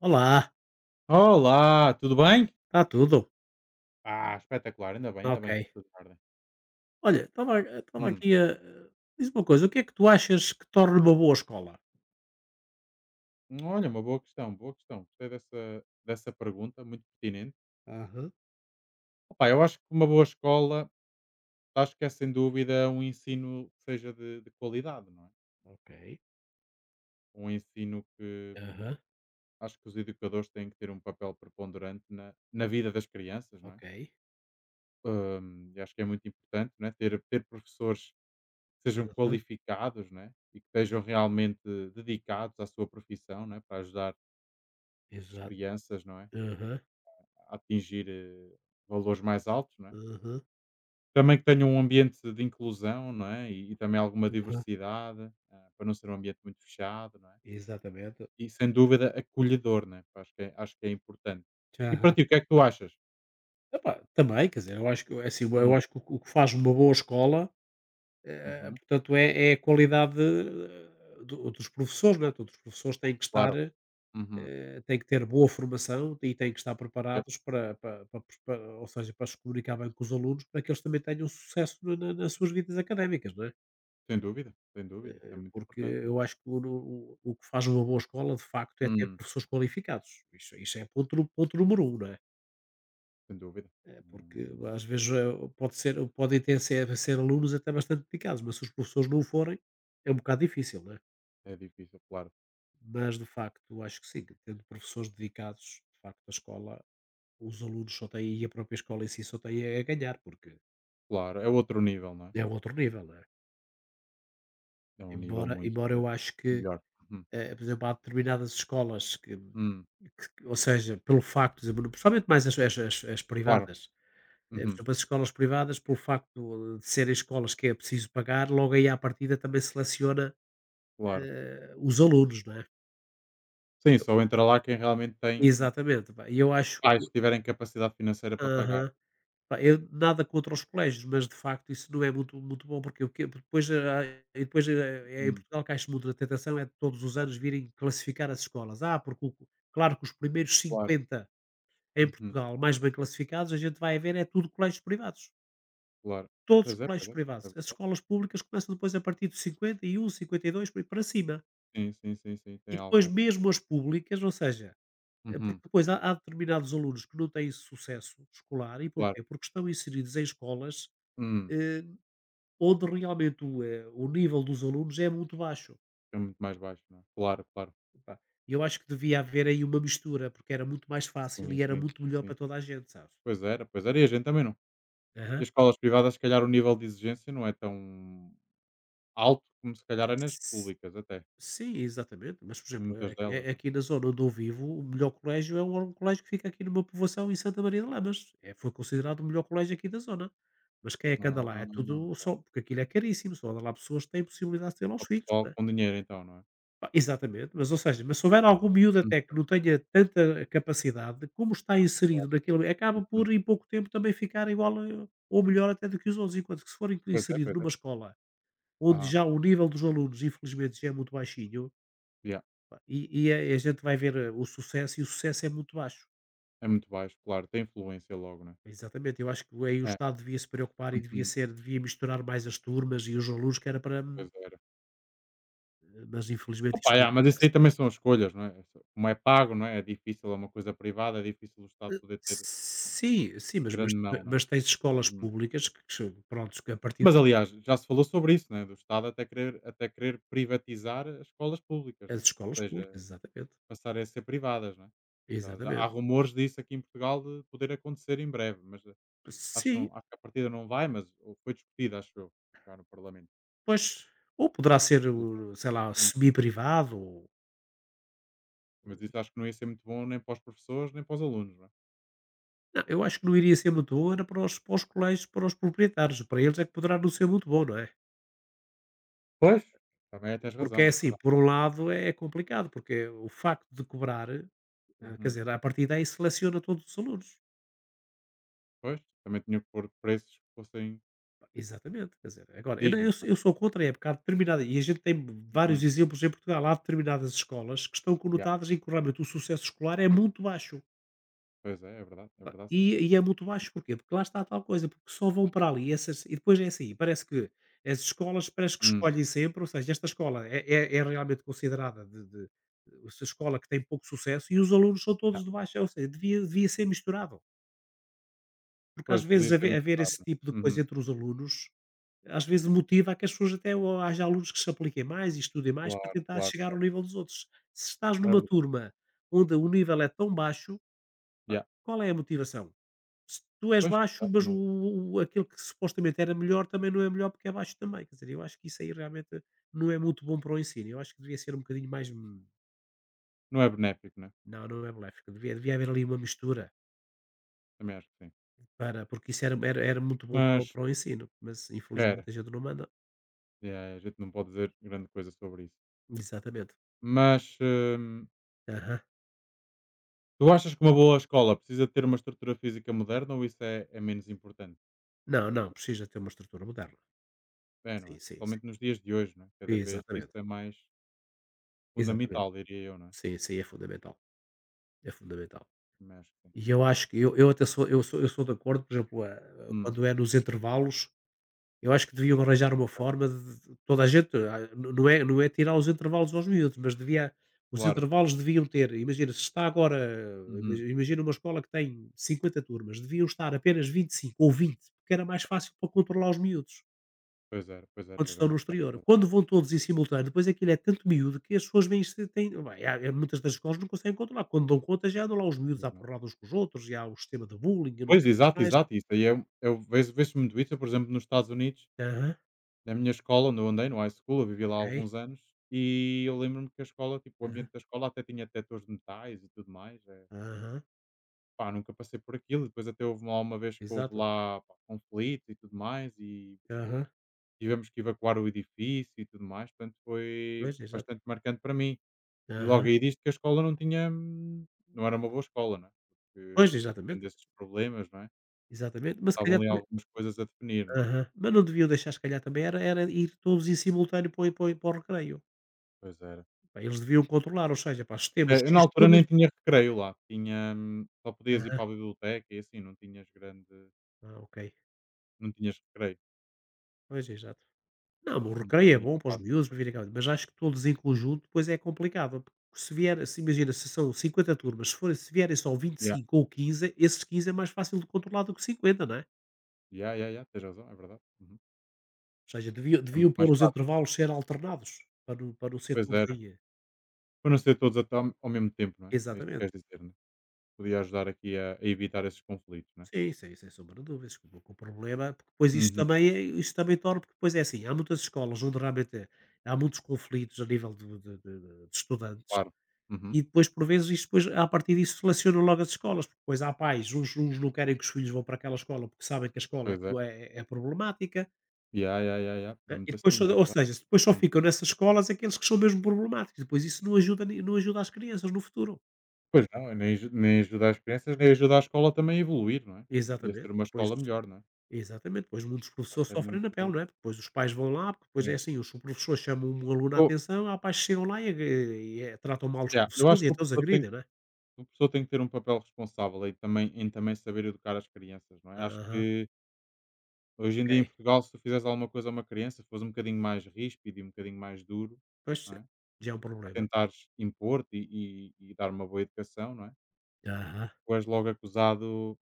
Olá, Olá, tudo bem? está tudo? Ah, espetacular, Está ainda ok. bem que está tudo em ordem. Olha, estava Hum, aqui a. Diz uma coisa, o que é que tu achas que torna uma boa escola? Olha, uma boa questão, boa questão. Gostei dessa pergunta, muito pertinente. Aham, Opa, eu acho que uma boa escola, acho que é sem dúvida um ensino que seja de qualidade, não é? ok. Um ensino que Aham, acho que os educadores têm que ter um papel preponderante na vida das crianças, não é? ok. E acho que é muito importante, não é? Ter professores que sejam Aham, qualificados, não é? E que estejam realmente dedicados à sua profissão, não é? Para ajudar as exato. crianças, não é? Aham, A atingir valores mais altos, não é? aham, Também que tenha um ambiente de inclusão, não é? E também alguma aham, diversidade, para não ser um ambiente muito fechado, não é? exatamente. E sem dúvida acolhedor, né? Acho que é importante. E para Aham. ti, o que é que tu achas? Epá, também, quer dizer, eu acho que, assim, eu Hum. acho que o, que o que faz uma boa escola, Uhum, portanto, é a qualidade dos professores, não é? Todos os professores têm que estar. claro. Uhum. Têm que ter boa formação e têm que estar Yep. preparados para ou seja, para se comunicar bem com os alunos, para que eles também tenham sucesso na na nas suas vidas académicas, não é? Sem dúvida, sem dúvida, isso é Eh, muito porque importante, não é? eu acho que o que faz uma boa escola, de facto, é ter Hum. professores qualificados. Isso é ponto número um, não é? Sem dúvida. Porque Hum, às vezes, pode ser podem ter ser ser alunos até bastante dedicados, mas se os professores não o forem, é um bocado difícil, não é? É difícil, claro. Mas, de facto, acho que sim, que tendo professores dedicados, de facto, a escola os alunos só têm e a própria escola em si só tem é a ganhar, porque Claro, é outro nível, não é? é um outro nível, não é? É um nível Embora muito embora eu acho que, melhor. Uhum. Por exemplo, há determinadas escolas que Hum, que ou seja, pelo facto, por exemplo, principalmente mais as Claro. privadas, por Uhum, exemplo, as escolas privadas, pelo facto de serem escolas que é preciso pagar, logo aí à partida também seleciona, claro. Os alunos, não é? Sim, Eu- só entra lá quem realmente tem Exatamente, pá, e eu acho que pais que tiverem capacidade financeira para pagar. Pá, eu nada contra os colégios, mas de facto isso não é muito, muito bom, porque o que depois, e depois em Hum, Portugal cai-se muito na tentação é de todos os anos virem classificar as escolas. Ah, porque claro que os primeiros Claro. 50 em Uhum, Portugal mais bem classificados, a gente vai ver, é tudo colégios privados. claro. Todos os Pois é, pois colégios é. privados. É As verdade. escolas públicas começam depois a partir dos 50 de 51, 52 por aí para cima. Sim, sim, sim, sim, E tem depois alguns. mesmo as públicas, ou seja, porque Uhum, depois há determinados alunos que não têm sucesso escolar. E claro. porquê? Porque estão inseridos em escolas Hum, eh, onde realmente o nível dos alunos é muito baixo. É muito mais baixo, não é? Claro, claro. Epá, eu acho que devia haver aí uma mistura, porque era muito mais fácil Sim, e era sim, muito melhor para sim. toda a gente, sabes? Pois era, pois era. E a gente também não. E Aham. as escolas privadas, se calhar, o nível de exigência não é tão alto como se calhar é nas S- públicas, até. Sim, exatamente. Mas, por Em exemplo, muitas aqui, delas, eh, né? aqui na zona onde eu vivo, o melhor colégio é um colégio que fica aqui numa povoação em Santa Maria de Lamas. É, foi considerado o melhor colégio aqui da zona. Mas quem é que Não anda é? lá? Ah, É tudo ok. só, porque aquilo é caríssimo, só anda lá pessoas que têm possibilidade de ter lá os Só filhos. pessoal com dinheiro, então, não é? Pá, exatamente, mas ou seja, mas se houver algum miúdo Hum, até que não tenha tanta capacidade, como está Claro. inserido naquele acaba Uhum. por em pouco tempo também ficar igual a ou melhor até do que os outros, enquanto que se for inclu Pois é, inserido pois é. numa escola onde ah já o nível dos alunos infelizmente já é muito baixinho, Yeah. pá, e a gente vai ver o sucesso e o sucesso é muito baixo. É muito baixo, claro, tem influência logo, não Exatamente, eu acho que aí o é? É. Estado devia se preocupar e Uhum. Devia misturar mais as turmas e os alunos que era para Pois era. mas infelizmente isso Opa, não yeah, mas isso acontece. aí também são escolhas, não é? Como é pago, não é? É difícil, é uma coisa privada, é difícil o Estado poder ter Sim, sim, mas mas grande mão, não é? mas tens escolas Uhum. públicas que prontos, que a partir Mas aliás, já se falou sobre isso, não é? Do Estado até querer privatizar as escolas públicas, não das é? escolas Ou seja, públicas, exatamente, passarem a ser privadas, não é? Já há exatamente. rumores disso aqui em Portugal de poder acontecer em breve, mas acho que, não, Sim, acho que a partida não vai, mas ou foi discutida, acho eu, já no Parlamento. pois, ou poderá ser o sei lá, Uhum. semi-privado ou Mas isso acho que não ia ser muito bom nem para os professores, nem para os alunos, não é? não, eu acho que não iria ser muito bom era para os colégios, para os proprietários, para eles é que poderá não ser muito bom, não é? Pois. Também é, tens Porque razão, é é assim, verdade. por um lado é complicado, porque o facto de cobrar, quer Uhum. dizer, a partir daí seleciona todos os alunos. Pois, também tinha que pôr preços que fossem Exatamente, quer dizer, agora, eu, eu, dignos, sou não eu é? sou contra a época, há determinada, e a gente tem vários Uhum. exemplos em Portugal, há determinadas escolas que estão Yeah. conotadas em que realmente o sucesso escolar é muito baixo. Pois é, é Pá, verdade, sim, E, senhor. e é muito baixo porquê? Porque lá está a tal coisa, porque só vão para ali, essas, e depois é assim, parece que as escolas parece que Hum. escolhem sempre, ou seja, esta escola é, é realmente considerada essa escola que tem pouco sucesso e os alunos são Yeah. todos de baixo, ou seja, devia ser misturado. Porque às Pois, vezes podia ser haver, muito haver caro, esse não tipo de é? coisa Uhum. entre os alunos às vezes motiva a que as pessoas até o haja alunos que se apliquem mais e estudem mais para Claro, tentar claro, chegar ao claro. nível dos outros. Se estás É numa verdade. turma onde o nível é tão baixo, pá, Yeah. qual é a motivação? Se tu és Pois, baixo, exato, mas o, não, aquele que supostamente era melhor também não é melhor porque é baixo também. Quer dizer, eu acho que isso aí realmente não é muito bom para o ensino. Eu acho que devia ser um bocadinho mais. Não é benéfico, né? Não, não é benéfico. Devia haver ali uma mistura, Também acho que sim. para, porque isso era muito bom para o, Mas, para o ensino, mas era. infelizmente a gente não manda. Yeah, a gente não pode dizer grande coisa sobre isso. Exatamente. Mas, Aham. tu achas que uma boa escola precisa ter uma estrutura física moderna ou isso é, é menos importante? Não, não, precisa ter uma estrutura moderna. É, não Sim, é? sim, sim. Principalmente nos dias de hoje, não é? Cada vez isso Exatamente, é mais exatamente. fundamental, diria eu, não é? Sim, sim, é fundamental, é fundamental. Também acho que sim. E eu acho que eu até sou eu sou eu sou de acordo, por exemplo, Hum, quando é nos intervalos, eu acho que deviam arranjar uma ok, forma de toda a gente não é tirar os intervalos aos miúdos, mas devia os claro. intervalos deviam ter imagina, se está agora Uhum. Imagina uma escola que tem 50 turmas, deviam estar apenas 25 ou 20, porque era mais fácil para controlar os miúdos. Pois era, Quando era bem estão no mais fácil. exterior. Era Quando vão todos em simultâneo, depois aquilo é tanto miúdo que as pessoas vêm se têm vai, há muitas das escolas não conseguem controlar. Quando dão conta, já andam lá os miúdos à preciso, não é? porrada uns com os outros, e há o sistema de bullying, e não Pois, sei o que exato, mais. exato. Isso aí eu vejo, vejo muito isso. Eu, por exemplo, nos Estados Unidos, Aham, na minha escola, onde eu andei, no high school, eu vivi lá há ok. alguns anos, e eu lembro-me que a escola, tipo, o Aham, ambiente da escola até tinha detectores de metais e tudo mais. É, aham, pá, nunca passei por aquilo. Depois até houve lá uma vez que houve exato. lá pá, conflito e tudo mais, e Aham, tivemos que evacuar o edifício e tudo mais, portanto foi pois, exato. bastante marcante para mim. E logo Aham, aí diz que a escola não tinha não era uma boa escola, não é? Porque pois, além exatamente. desses problemas, não é? Exatamente, mas se Faltavam calhar ali também algumas coisas a definir, não é? aham, mas não deviam deixar, se calhar também era era ir todos em simultâneo para o recreio. Pois era. Pá, eles deviam controlar, ou seja, pá, se temos Eu na X altura turmas nem tinha recreio lá, tinha só podias ir aham, para a biblioteca e assim, não tinhas grande, ah, ok. não tinhas recreio, Pois, exato. Não, o não recreio é tinha bom para os espaço. miúdos, para virem cá, mas acho que todos em conjunto depois é complicado. Porque se vier, se imagina, se são 50 turmas, se vierem só vinte e Yeah. cinco ou 15 esses 15 é mais fácil de controlar do que 50 não é? Yeah, yeah, yeah, tens razão, é verdade. Uhum. Ou seja, deviam, É deviam muito pôr mais os prático. intervalos ser alternados, para não ser Pois todos era. aí. Para não ser todos a tam ao mesmo tempo, não é? É isso que Exatamente. queres dizer, não é? Podia ajudar aqui a evitar esses conflitos, né? Sim, sim, sem sombra de dúvidas. Que o problema, porque depois isso Uhum. também, é- isso também torna, porque depois é assim, há muitas escolas onde realmente é, há muitos conflitos a nível de estudantes, Claro. Uhum. e depois, por vezes, isso depois, a partir disso, selecionam logo as escolas, porque depois há pais, uns não querem que os filhos vão para aquela escola porque sabem que a escola é, Pois é. é problemática, Ya, ya, ya, ya. É né? E muito depois, assim, só- é ou verdade. seja, depois só Hum. ficam nessas escolas aqueles que são mesmo problemáticos, depois isso não ajuda, não ajuda as crianças no futuro. Pois não, nem ajuda as crianças, nem ajuda a escola também a evoluir, não é? E a ser Exatamente, e uma depois, escola melhor, não é? exatamente, depois muitos Portanto, professores é sofrem na pele, muito. não é? Porque depois os pais vão lá, porque depois é É. assim, os professores chamam um aluno à Eu, atenção, há pais que chegam lá e, e, tratam mal os ya, eu professores acho e que o até os professor tem agridem, não é? que, o professor tem que ter um papel responsável aí também, em também saber educar as crianças, não é? Acho Aham, que hoje em dia em ok. Portugal, se tu fizeres alguma coisa a uma criança, se fores um bocadinho mais ríspido e um bocadinho mais duro, Pois, não é? já é um A problema. tentares impor-te e dar uma boa educação, não é? Aham. Tu és logo acusado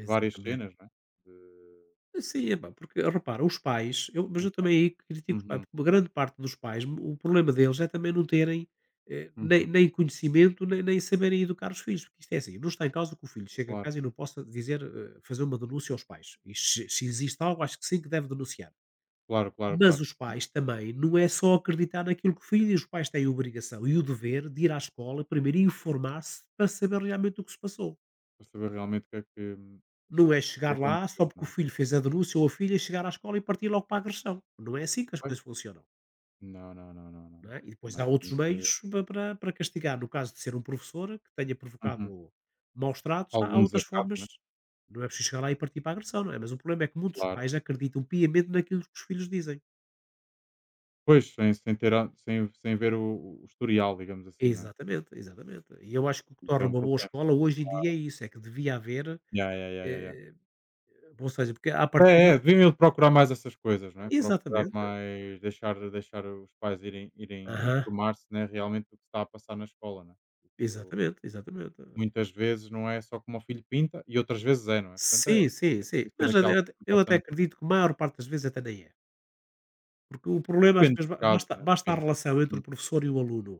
de várias cenas, não é? De. Sim, epá, porque repara, os pais, eu, mas eu também aí critico os pais, Uhum, porque uma grande parte dos pais, o problema deles é também não terem nem, uhum. nem conhecimento, nem saberem educar os filhos, porque isto é assim, não está em causa que o filho chegue a Claro, casa e não possa dizer, fazer uma denúncia aos pais. E se existe algo, acho que sim que deve denunciar. claro, claro, Mas claro. os pais também, não é só acreditar naquilo que o filho diz, os pais têm a obrigação e o dever de ir à escola primeiro e informar-se para saber realmente o que se passou. Para saber realmente Não é o que chegar lá só aconteceu, porque não é? o filho fez a denúncia ou a filha chegar à escola e partir logo para a agressão. Não é assim que as Pois. coisas funcionam, Não, não, não, não, não, não não. é? E depois Não é há outros assim que. meios pa para para castigar. No caso de ser um professor que tenha Uhum. provocado maus tratos, há Algum outras desacato, formas. né? Não é preciso chegar lá e partir para a agressão, não é? Mas o problema é que muitos Claro. pais acreditam piamente naquilo que os filhos dizem. Pois, sem, sem ter a sem, ver o historial, digamos assim, não é? Exatamente, exatamente. E eu acho que o que Isso é torna um uma boa problema. escola hoje em dia é isso, é que devia haver, Ya, ya, ya, ya, ya. eh, ou seja, porque à partida Deviam procurar mais essas coisas, não é? Procurar exatamente. mais, deixar os pais irem, irem Aham. informar-se, né? Realmente do que está a passar na escola, né? Exatamente, exatamente. Muitas vezes não é só como o filho pinta e outras vezes é, não é? Portanto é Sim, sim, é sim. preciso ter Mas aqui algum eu cuidado até também, não é? acredito que a maior parte das vezes até nem é. Porque o problema às Depende vezes dos ba casos, basta né? basta a Depende. relação entre Hum, o professor e o aluno.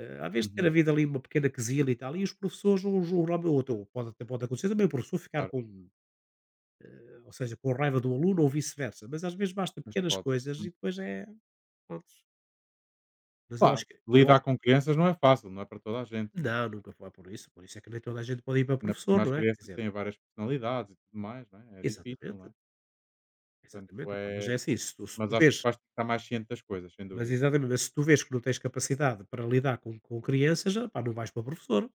Às vezes ter uhum, havido ali uma pequena quesilha e tal, e os professores um julgam ou outro, pode até pode acontecer também o professor ficar claro, com, ou seja, com raiva do aluno ou vice-versa, mas às vezes basta mas pequenas pode. coisas e Hum. depois é prontos. Mas eu Pá, acho que eu acho lidar com crianças não é fácil, não é para toda a gente, não é? não, nunca foi por isso é que nem toda a gente pode ir para Ainda por professor, cima as não é? Quer crianças dizer têm várias personalidades e tudo mais, não é? É difícil, não exatamente, é? Portanto exatamente, opá, mas é, é assim, se tu se mas tu acho que os vês pais têm que estar mais cientes das coisas, sem Mas dúvida, exatamente, mas se tu vês que não tens capacidade para lidar com crianças, pá, não vais para professor.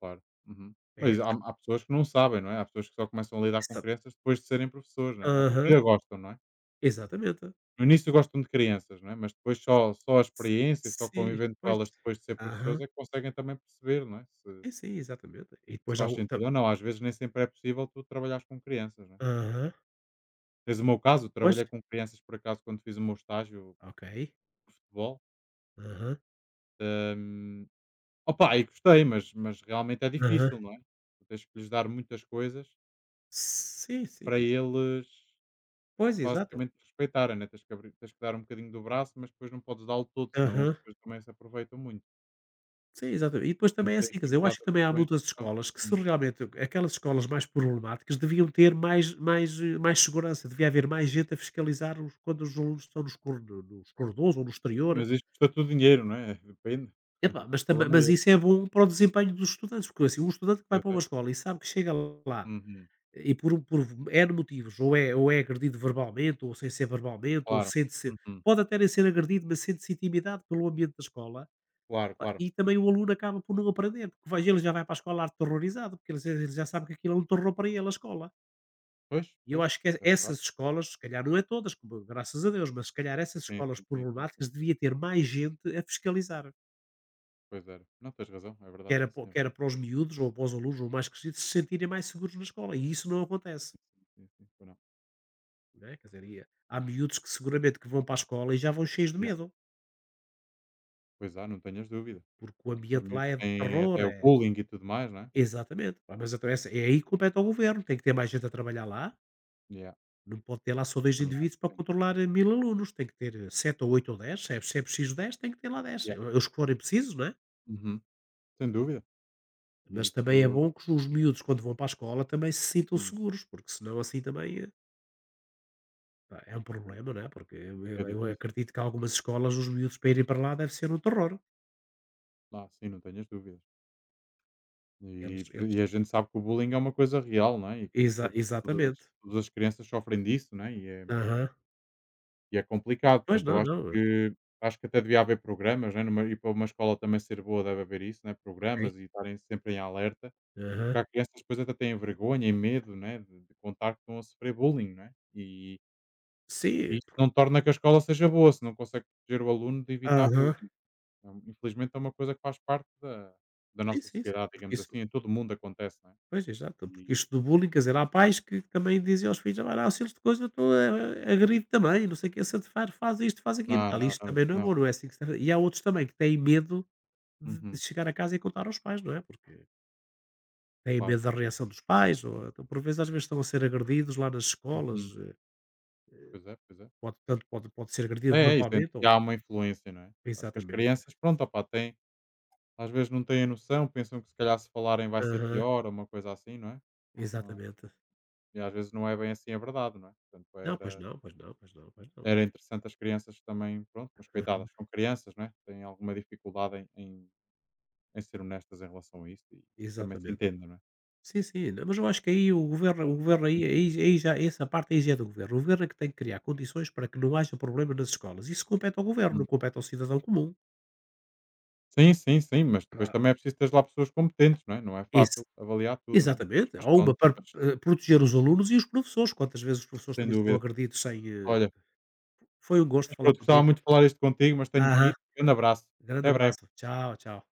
claro. Uhum. É Mas há essa há pessoas que não sabem, não é? Há pessoas que só começam a lidar com exa crianças depois de serem professores, não é? A partir aham, de gostam, não é? exatamente. No início gostam de crianças, não é? Mas depois só a experiência e só Sim, convivendo com pois. elas depois de ser professores Aham. é que conseguem também perceber, não é? Se Sim, sim, exatamente. E se depois há faz o tam sentido ou não. Às vezes nem sempre é possível tu trabalhares com crianças, não é? aham, Tens o meu caso, eu pois, trabalhei com crianças por acaso quando fiz o meu estágio ok. de futebol. Aham, Hum, Opa, e gostei, mas realmente é aham. difícil, não é? Tu tens que lhes dar muitas coisas Sim, sim. para eles Pois, exato. basicamente respeitarem, né? Tens que abrir, tens que dar um bocadinho do braço, mas depois não podes dar o todo, senão eles Aham. depois também se aproveitam muito. Sim, exatamente. E depois Portanto, também é tem assim, quer aqui dizer, uma eu acho que data de também há questões muitas que são escolas que se hum, realmente aquelas escolas mais problemáticas deviam ter mais, mais segurança, devia haver mais gente a fiscalizar quando os alunos estão nos corredores ou no exterior. mas isto custa tudo dinheiro, não é? Depende. Epá, mas, O também, problema é mas esse. isso é bom para o desempenho dos estudantes, porque assim, um estudante que vai Pois para uma é. escola e sabe que chega lá Uhum. e por, por N motivos, ou é agredido verbalmente, ou sem ser verbalmente, ou Claro. sente-se, Uhum. pode até nem ser agredido, mas sente-se intimidado pelo ambiente da escola. Claro, Pá, claro. e também o aluno acaba por não aprender, porque vai ele já vai para a escola aterrorizado, porque ele já sabe que aquilo é um terror para ele, a escola. Pois, E eu pois, acho que é essas verdade. escolas, se calhar não é todas, como graças a Deus, mas se calhar essas Sim, escolas sim, sim, sim, sim. problemáticas devia ter mais gente a fiscalizar, Pois era. Não, tens razão, é que verdade, era, sim, senhor. que era para os miúdos ou para os alunos ou mais crescidos se sentirem mais seguros na escola. E isso não acontece. Sim, sim, sim, sim, pois não. Não é? Quer dizer, e há miúdos que seguramente que vão para a escola e já vão cheios de Yeah. medo, Pois há, não tenhas dúvida. porque o Nós, os ambiente lá miúdos é de têm terror, até o é. bullying e tudo mais, não é? Exatamente. Pá, mas então é aí que compete ao governo, tem que ter mais gente a trabalhar lá. Yeah. Não pode ter lá só dois Também acho indivíduos para que sim. controlar, 1000 alunos, tem que ter 7 ou 8 ou dez, se é se é preciso 10 tem que ter lá dez, Yeah. Os que forem precisos, não é? Uhum. Sem dúvida. Mas também é Isso bom que os miúdos quando vão para a escola também se sintam uhum seguros, porque senão assim também, pá, é um problema, não é? Porque eu fica eu eu difícil. acredito que algumas escolas os miúdos para irem para lá deve ser um terror. Ah, sim, não tenhas dúvida. Eles E, por, eles e a gente sabe que o bullying é uma coisa real, não é? E que exa toda, todas as, exatamente. todas as crianças sofrem disso, não é? E é, Aham. e é complicado. Pois Portanto, eu não, não, acho que até devia haver programas, né? Numa, e para uma escola também ser boa deve haver isso, né? ok. Programas e estarem sempre em alerta. Aham. Porque há crianças que depois até têm vergonha e medo, né? De contar que estão a sofrer bullying, não é? E Sim. isso não torna que a escola seja boa, se não consegue proteger o aluno de evitar Aham. bullying. Então, infelizmente é uma coisa que faz parte da, da Sim, nossa sim, sim, sociedade, porque digamos assim, em todo o mundo acontece, não é? pois, exato, porque isto do bullying, quer dizer, há pais que também dizem aos filhos: "Ah, lá, se eles de coisa, eu estou agride também, não sei o que, se te faz, faz isto, faz aquilo e Ah, tal." não, Isto não, isso também não é não. bom, não é assim que se deve. E há outros também que têm medo de Uhum, chegar a casa e contar aos pais, não é? Porque têm claro. medo da reação dos pais, ou então, por vezes, às vezes estão a ser agredidos lá nas escolas, Uhum. Pois é, pois é. pode, tanto pode, pode ser agredido É, é isso, verbalmente e ou. há uma influência, não é? Acho que as Exatamente. crianças, pronto, opá, têm, às vezes não têm a noção, pensam que se calhar se falarem vai ser Aham, pior ou uma coisa assim, não é? Ah, exatamente. e às vezes não é bem assim a verdade, não é? Portanto, Não, pois era, não, pois não, pois não, pois não. era interessante as crianças também, pronto, mas Aham, coitadas, são crianças, não é? Têm alguma dificuldade em, em, em ser honestas em relação a isso e também se exatamente. entendem, não é? Sim, sim, não, mas eu acho que aí o Claro. governo aí aí aí já essa parte aí já é do governo. O governo é que tem que criar condições para que não haja problema nas escolas. Isso compete ao governo, não compete ao cidadão comum. Sim, sim, sim, mas depois Claro. também é preciso teres lá pessoas competentes, não é? Não é fácil Esse avaliar tudo, não é? Exatamente, há Mas uma pronto, para, mas proteger os alunos e os professores, quantas vezes os professores sem também são dúvida. agredidos sem, eh Olha, foi um gosto mas falar pronto, gostava contigo. muito de falar isto contigo, mas tenho que Aham, ir. Grande abraço. grande Até breve. abraço. Tchau, tchau.